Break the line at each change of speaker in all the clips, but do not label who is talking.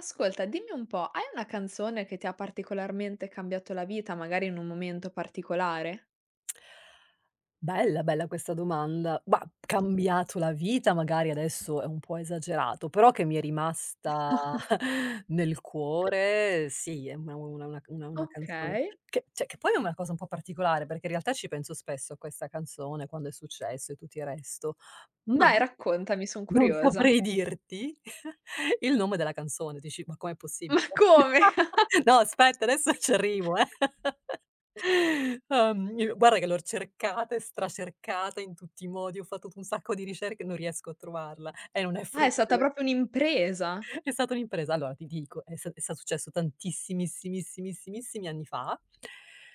Ascolta, dimmi un po', hai una canzone che ti ha particolarmente cambiato la vita, magari in un momento particolare?
Bella, bella questa domanda. Bah, cambiato la vita magari adesso è un po' esagerato, però che mi è rimasta nel cuore sì, è una canzone
Okay.
che cioè che poi è una cosa un po' particolare, perché in realtà ci penso spesso a questa canzone, quando è successo e tutto il resto, ma
Dai, raccontami, son
non
curiosa.
saprei dirti il nome della canzone. Dici: "Ma com'è possibile?"
Ma come?
No aspetta, adesso ci arrivo. Io guarda che l'ho cercata e stracercata in tutti i modi, ho fatto un sacco di ricerche e non riesco a trovarla e non è
Ah, è
frutto
stata
della
proprio un'impresa?
è stata un'impresa. Allora ti dico, è sta successo tantissimissimissimissimi anni fa,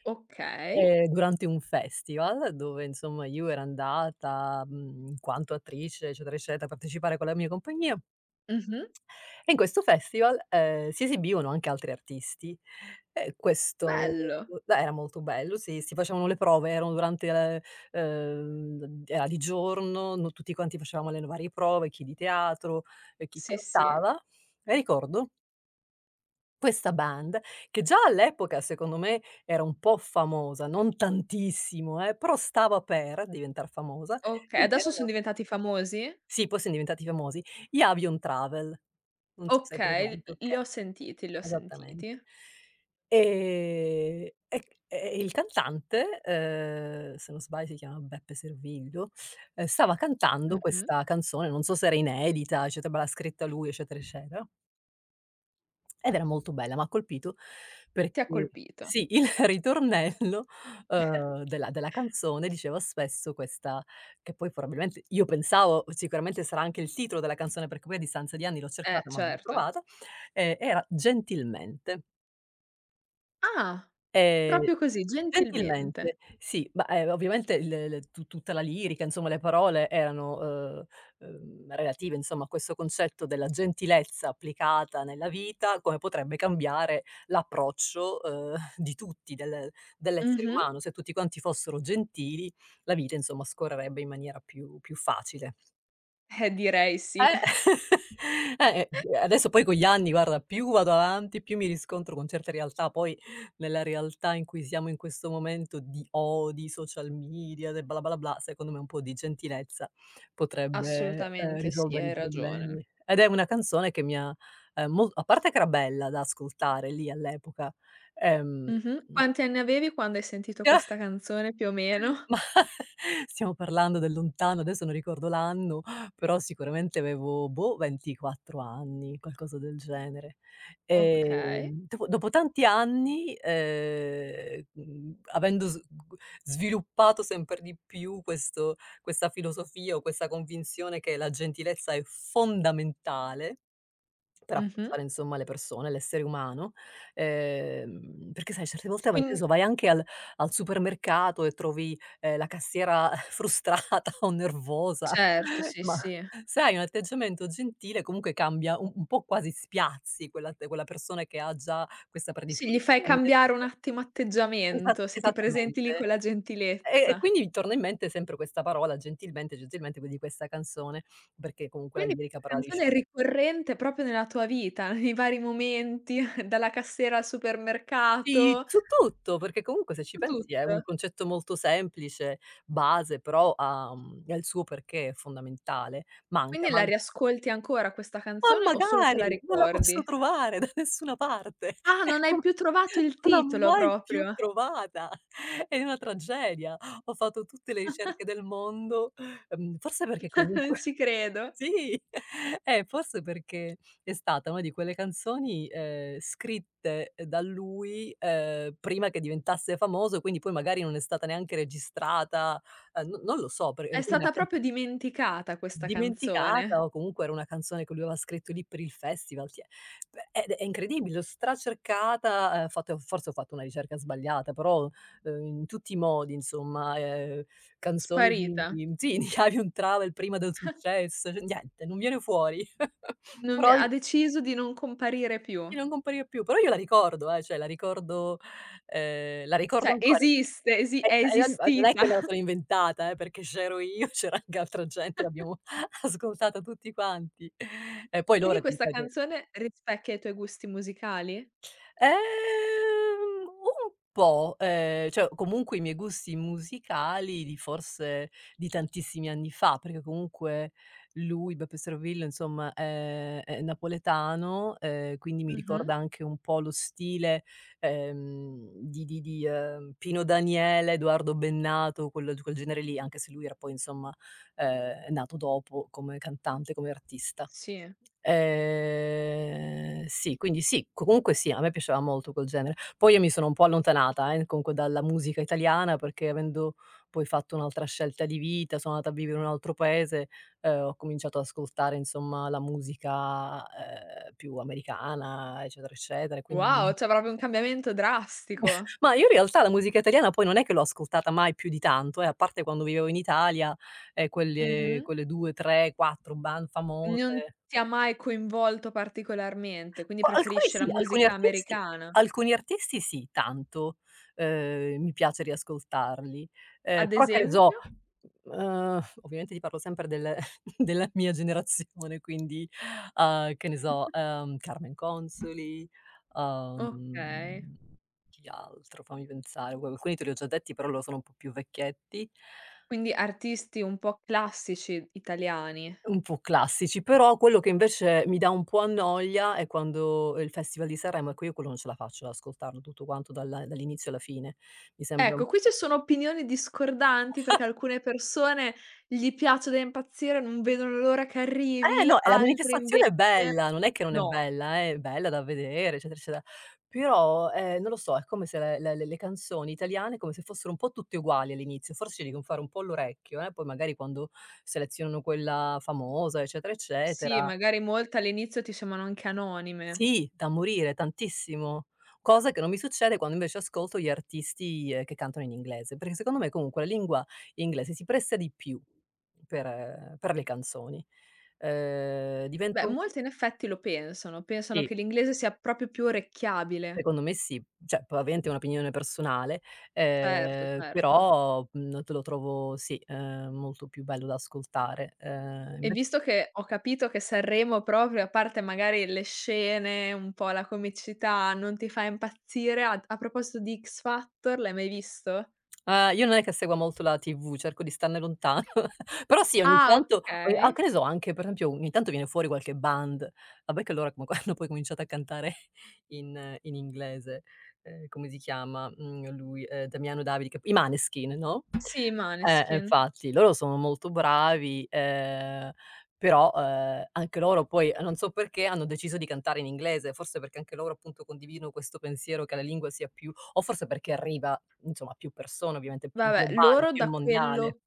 Okay.
durante un festival dove insomma io ero andata, mhmm, in quanto attrice eccetera, eccetera, a partecipare con la mia compagnia.
Mh-mh.
E in questo festival, si esibivano anche altri artisti e questo,
Bello.
beh, era molto bello, sì, si facevano le prove, erano durante era di giorno, no tutti quanti facevamo le varie prove, chi di teatro e chi
Sì, sì.
cantava. E ricordo questa band, che già all'epoca secondo me era un po' famosa, non tantissimo però stava per diventar famosa,
Okay,
ed
adesso son
erano
diventati famosi?
sì, poi son diventati famosi. Gli Avion Travel, non so se hai
Okay,
presente,
l
okay.
li ho sentiti, li ho sentiti.
Esattamente. E il cantante, se non sbaglio si chiama Beppe Servillo, stava cantando
Mh-mh.
questa canzone, non so se era inedita, eccetera, ma l'ha scritta lui, eccetera, eccetera, ed era molto bella, m'ha colpito perché
Ti ha colpito.
sì, il ritornello, della canzone diceva spesso questa, che poi probabilmente io pensavo sicuramente sarà anche il titolo della canzone, perché poi a distanza di anni l'ho cercata, ma non l'ho
Certo.
trovata, era "Gentilmente".
Ah,
Ehm,
proprio così,
Gentilmente,
gentilmente.
sì, ma, ovviamente il tu tutta la lirica, insomma le parole erano, relative insomma a questo concetto della gentilezza applicata nella vita, come potrebbe cambiare l'approccio, di tutti, del dell'essere
Mh-mh.
umano. Se tutti quanti fossero gentili, la vita insomma scorrerebbe in maniera più facile.
Direi
Eh,
sì.
eh, adesso poi con gli anni, guarda, più vado avanti, più mi riscontro con certe realtà, poi nella realtà in cui siamo in questo momento di odi, social media, de bla bla bla, secondo me un po' di gentilezza potrebbe,
Assolutamente sì,
risolvere
hai
i
ragione.
problemi. Ed è una canzone che mi ha, mol a parte che era bella da ascoltare lì all'epoca, ehm,
Mh-mh. Quanti anni avevi quando hai sentito questa canzone più o meno?
ma stiamo parlando del lontano, adesso non ricordo l'anno, però sicuramente avevo, boh, 24 anni, qualcosa del genere.
Okay.
Dopo tanti anni, avendo s g sviluppato sempre di più questo questa filosofia o questa convinzione che la gentilezza è fondamentale.
Mh-mh.
Rafforzare insomma le persone, l'essere umano, perché sai certe volte, ma
Quin
che ne so, vai anche al supermercato e trovi, la cassiera frustrata o nervosa,
certo, sì,
ma
sì.
sai un atteggiamento gentile comunque cambia un po', quasi spiazzi quella persona che ha già questa
Sì, gli fai
predisposizione che
cambiare un attimo atteggiamento, se ti presenti lì
esattamente.
con la
E
gentilezza.
quindi mi torna in mente sempre questa parola, gentilmente, gentilmente, que di questa canzone, perché comunque la
Quindi
lirica
questa
parla di
canzone è
sciogli.
ricorrente proprio nella tua vita, nei vari momenti, dalla cassiera al
Sì,
supermercato,
su tutto, perché comunque se ci
su
pensi è un
tutto.
concetto molto semplice, base, però ha, mhmm, ha il suo perché fondamentale. Manca,
Quindi la
man
riascolti ancora questa canzone
ma
o solo te
magari!
la
Non la
ricordi?
posso trovare da nessuna parte.
Ah,
È
non hai
come
più trovato il
non l'ho
titolo
mai più
proprio.
trovata. È una tragedia. Ho fatto tutte le ricerche del mondo, forse perché
Non
comunque
ci credo.
sì, forse perché è stata una di quelle canzoni, scritte da lui, prima che diventasse famoso, quindi poi magari non è stata neanche registrata, no non lo so per
È stata proprio dimenticata questa
Dimenticata
canzone,
o comunque era una canzone che lui aveva scritto lì per il festival, ti è, beh, ed è incredibile, l'ho stracercata, ho fatto forse ho fatto una ricerca sbagliata, però, in tutti i modi insomma, canzoni di
sparita.
di sì, di Avion Travel prima del successo, cioè niente, non viene fuori.
Non vi ha
Poi
deciso di non comparire più.
sì, non compariva più, però io la ricordo cioè la ricordo, la ricordo
Cioè
ancora eh,
esiste, esi è
e non è
esistita.
che me la sono inventata perché c'ero io, c'era anche altra gente, l'abbiamo ascoltata tutti quanti. E poi
Quindi
loro ti
questa
ripeto.
canzone rispecchia i tuoi gusti musicali?
Un po', cioè comunque i miei gusti musicali di forse di tantissimi anni fa, perché comunque lui, Beppe Servillo, insomma è napoletano, quindi mi
Mh-mh.
ricorda anche un po' lo stile, Pino Daniele, Edoardo Bennato, quel genere lì, anche se lui era poi insomma, nato dopo come cantante, come artista.
Sì.
Sì, quindi sì, comunque sì, a me piaceva molto quel genere. Poi io mi sono un po' allontanata, comunque dalla musica italiana, perché avendo poi fatto un'altra scelta di vita, sono andata a vivere in un altro paese, ho cominciato ad ascoltare insomma la musica, più americana, eccetera, eccetera, e quindi non,
Wow, cioè proprio un cambiamento drastico.
ma io in realtà la musica italiana poi non è che l'ho ascoltata mai più di tanto, a parte quando vivevo in Italia e quelle
Mh-mh.
quelle 2, 3, 4 band
Non
famose.
ti ha mai coinvolto particolarmente, quindi
O alcuni
preferisci la
sì, alcuni
musica
artisti,
americana.
alcuni artisti sì, tanto. Mi piace riascoltarli.
Ad
Però che ne so,
esempio?
ovviamente ti parlo sempre del della mia generazione, quindi, che ne so, Carmen Consoli,
Okay.
uhm, chi altro? Fammi pensare, alcuni te li ho già detti, però loro sono un po' più vecchietti.
Quindi artisti un po' classici italiani.
Un po' classici, però quello che invece mi dà un po' a noia è quando il Festival di Sanremo, ecco io quello non ce la faccio ad ascoltarlo tutto quanto dalla dall'inizio alla fine. Mi sembra un,
Ecco, qui ci sono opinioni discordanti perché alcune persone gli piace da impazzire, non vedono l'ora che
eh
arrivi,
no, e la
altre invece
manifestazione è bella, non è che non è
no.
bella, è bella da vedere, eccetera, eccetera, però, non lo so, è come se le canzoni italiane, come se fossero un po' tutte uguali all'inizio, forse ci devono fare un po' l'orecchio, poi magari quando selezionano quella famosa, eccetera, sì,
Sì,
eccetera.
magari molte all'inizio ti sembrano anche anonime.
Sì, da morire, tantissimo. Cosa che non mi succede quando invece ascolto gli artisti, che cantano in inglese, perché secondo me comunque la lingua inglese si presta di più per le canzoni.
Beh,
Diventa un,
molte in effetti lo pensano, pensano
sì,
che l'inglese sia proprio più orecchiabile.
secondo me sì. Cioè, ovviamente è un'opinione personale,
Certo, certo.
però, mhmm, te lo trovo sì, molto più bello da ascoltare.
E
Invece
visto che ho capito che Sanremo proprio, a parte magari le scene, un po' la comicità, non ti fa impazzire, a proposito di X Factor, l'hai mai visto?
ah, io non è che segua molto la TV, cerco di starne lontan. Però sì, ogni
Ah,
tanto ogni ah,
okay.
che ne so, anche per esempio ogni tanto viene fuori qualche band. Vabbè che loro come quando poi cominciato a cantare in inglese, come si chiama, mhmm, lui, Damiano David che i Maneskin, no,
Sì, i Måneskin.
infatti loro sono molto bravi, però, anche loro poi, non so perché hanno deciso di cantare in inglese, forse perché anche loro appunto condividono questo pensiero che la lingua sia più, o forse perché arriva, insomma, a più persone, ovviamente più
Vabbè,
globale,
loro
più
da
mondiale.
quello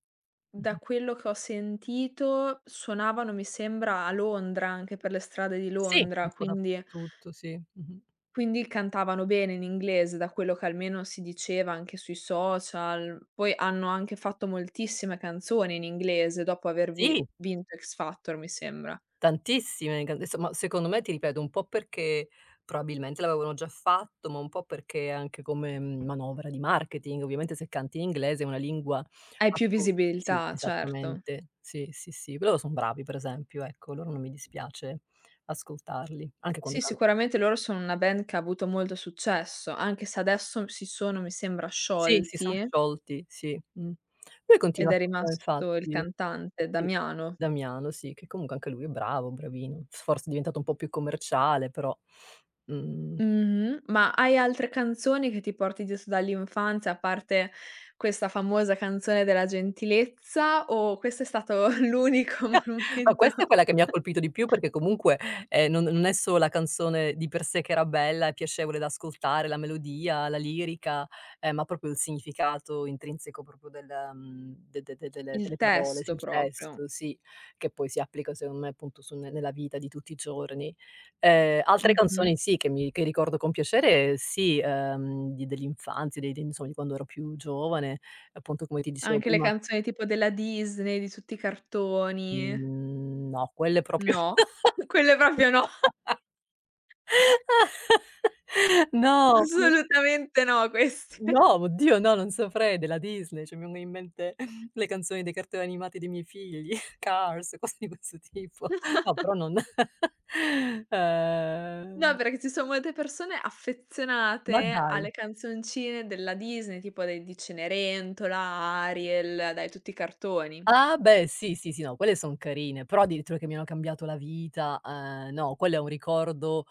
da
Mh-mh.
quello che ho sentito suonavano, mi sembra, a Londra, anche per le strade di
Sì, un
Londra,
po'
quindi.
dappertutto, sì. Mh-mh.
Quindi cantavano bene in inglese, da quello che almeno si diceva anche sui social. Poi hanno anche fatto moltissime canzoni in inglese dopo aver vi
Sì,
vinto X Factor, mi sembra.
tantissime can, adesso ma secondo me ti ripeto, un po' perché probabilmente l'avevano già fatto, ma un po' perché anche come, mhmm, manovra di marketing, ovviamente se canti in inglese è una lingua,
Hai più
ascol sì,
visibilità, certo.
esattamente. Sì, sì, sì. Loro son bravi per esempio, ecco, loro non mi dispiace ascoltarli, anche quando
Sì,
cantano.
sicuramente loro sono una band che ha avuto molto successo, anche se adesso si sono, mi sembra,
Sì, si son
sciolti
sciolti, sì. Lui
ed
continua
è
a
rimasto il
infatti.
cantante,
Sì,
Damiano.
Damiano sì, che comunque anche lui è bravo, bravino. Forse è diventato un po' più commerciale, però, mhmm.
Mh-mh. Ma hai altre canzoni che ti porti giusto dall'infanzia, a parte questa famosa canzone della gentilezza, o questo è stato l'unico
Ma
monumento
questa è quella che mi ha colpito di più perché comunque, non è solo la canzone di per sé che era bella e piacevole da ascoltare, la melodia, la lirica, ma proprio il significato intrinseco proprio del, mhmm, de de de delle
il
delle parole, sì,
testo
il
proprio.
testo, sì, che poi si applica secondo me appunto su ne nella vita di tutti i giorni. Altre
Mh-mh.
canzoni sì, che ricordo con piacere sì, di dell'infanzia, dei de insomma di quando ero più giovane, appunto come ti dicevo
Anche le
prima,
canzoni tipo della Disney, di tutti i cartoni.
mhmm, no, quelle proprio
No? Quelle proprio no,
no,
assolutamente no queste.
no, oddio no, non saprei, della Disney, cioè mi vengono in mente le canzoni dei cartoni animati dei miei figli, Cars, cose di questo tipo. No, però non
No,
ehm,
perché ci son molte persone
ma
affezionate
dai.
alle canzoncine della Disney, tipo de di Cenerentola, Ariel, dai tutti i cartoni.
Ah beh, sì, sì, sì, no, quelle son carine, però addirittura che mi hanno cambiato la vita, no, quello è un ricordo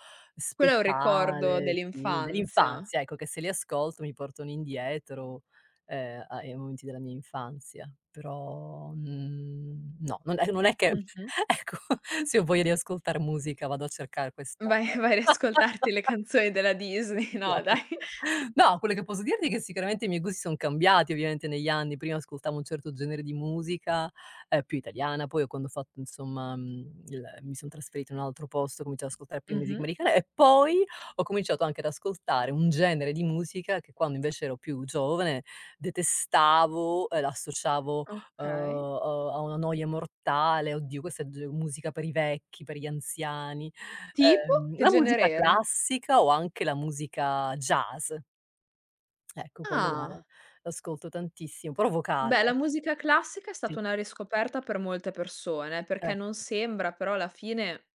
Quello è un ricordo
speciale, sì,
dell'infanzia.
dell'infanzia, ecco, che se li ascolto mi portano indietro, a ai momenti della mia infanzia. Però, mhmm, no, non è che
Mh-mh.
ecco, se ho voglia di ascoltar musica vado a cercare questa.
Vai vai a riascoltarti le canzoni della Disney,
No.
no dai.
No, quello che posso dirti è che sicuramente i miei gusti son cambiati ovviamente negli anni. Prima ascoltavo un certo genere di musica, più italiana, poi quando ho fatto insomma, mhmm, il mi son trasferita in un altro posto, ho cominciato ad ascoltare più musica
Mh-mh.
americana e poi ho cominciato anche ad ascoltare un genere di musica che quando invece ero più giovane detestavo, l'associavo,
Okay.
a una noia mortale: "Oddio questa è g musica per i vecchi, per gli anziani."
Tipo? Che
La
genere
musica
era?
classica o anche la musica jazz, ecco quello la
Ah.
l'ascolto tantissimo, però
Beh, la
vocale,
musica classica è
sì,
stata una riscoperta per molte persone, perché
eh.
non sembra, però alla fine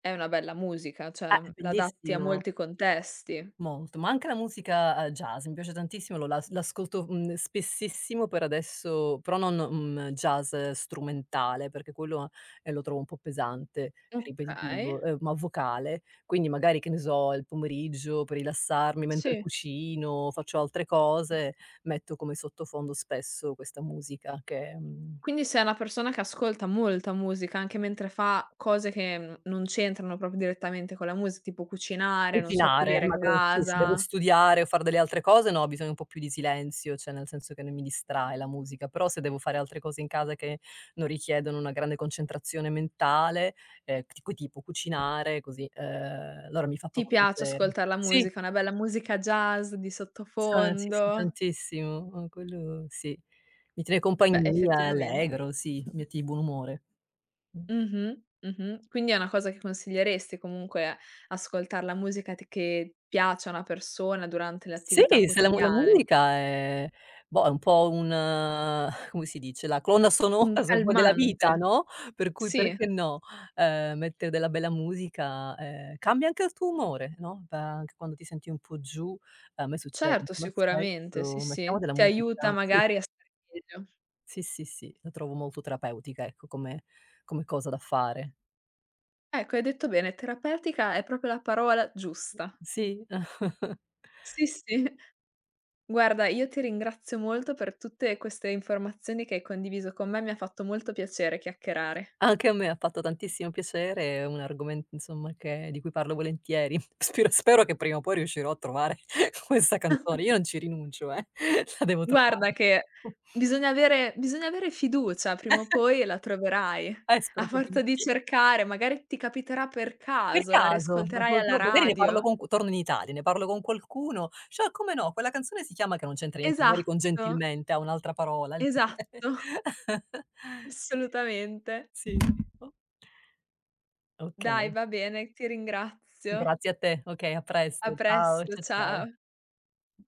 è una bella musica,
È
cioè l'adatti a
bellissima.
molti contesti.
Molto, ma anche la musica, jazz, mi piace tantissimo, lo las l'ascolto, mhmm, spessissimo per adesso, però non, mhmm, jazz strumentale, perché quello, lo trovo un po' pesante,
Okay,
ripetitivo, ma vocale. Quindi magari, che ne so, il pomeriggio per rilassarmi mentre
sì.
cucino, faccio altre cose, metto come sottofondo spesso questa musica che, mhmm.
Quindi sei una persona che ascolta molta musica, anche mentre fa cose che, non c'entrano proprio direttamente con la musica, tipo cucinare, non so,
Cucinare,
pulire
ma non sì, se devo
casa.
studiare o far delle altre cose no, ho bisogno un po' più di silenzio, cioè nel senso che non mi distrae la musica, però se devo fare altre cose in casa che non richiedono una grande concentrazione mentale, tipo cucinare così, allora mi fa
Ti
proprio
piace
piacere.
ascoltar la
Sì,
musica, una bella musica jazz di
sa sì, sì,
sottofondo.
tantissimo, quello sì. Mi tiene
Beh,
compagnia, è
effettivamente.
allegro, sì, metti di buon umore. Mh.
Mh-mh, mh-mh. Quindi è una cosa che consiglieresti comunque ascoltar la musica t che piace a una persona durante le
Sì,
attività
se la
quotidiane.
musica è, boh, è un po' un come si dice, la colonna sonora
Un
se vuoi della
calmante.
vita, no, per cui
Sì,
perché no, mettere della bella musica, cambia anche il tuo umore, no, da anche quando ti senti un po' giù, a me succede
certo,
insomma
sicuramente, sì,
spesso, mettiamo
sì.
della
Ti aiuta
musica sì,
magari a stare meglio.
sì, la trovo molto terapeutica, ecco, come cosa da fare.
Ecco, hai detto bene, terapeutica è proprio la parola giusta.
Sì.
Sì, sì. Guarda, io ti ringrazio molto per tutte queste informazioni che hai condiviso con me, mi ha fatto molto piacere chiacchierare.
Anche a me ha fatto tantissimo piacere, è un argomento insomma che di cui parlo volentieri. Spero che prima o poi riuscirò a trovare questa canzone. Io non ci rinuncio la devo trovare.
Guarda che bisogna avere fiducia, prima o poi la troverai. A
Spero proprio
forza
di
di
sì.
cercare, magari ti capiterà per
Per
caso, la
caso, ma
riascolterai alla
proprio magari ne parlo
radio.
con q torno in Italia, ne parlo con qualcuno: "Cioè come no, quella canzone si chiama" che non c'entra niente magari con
Esatto.
gentilmente, ha un'altra parola.
Esatto, assolutamente.
Sì. O
Dai,
okay,
va bene, ti ringrazio.
grazie a te. Okay, a
A
presto. Ciao,
presto, ciao.
ciao.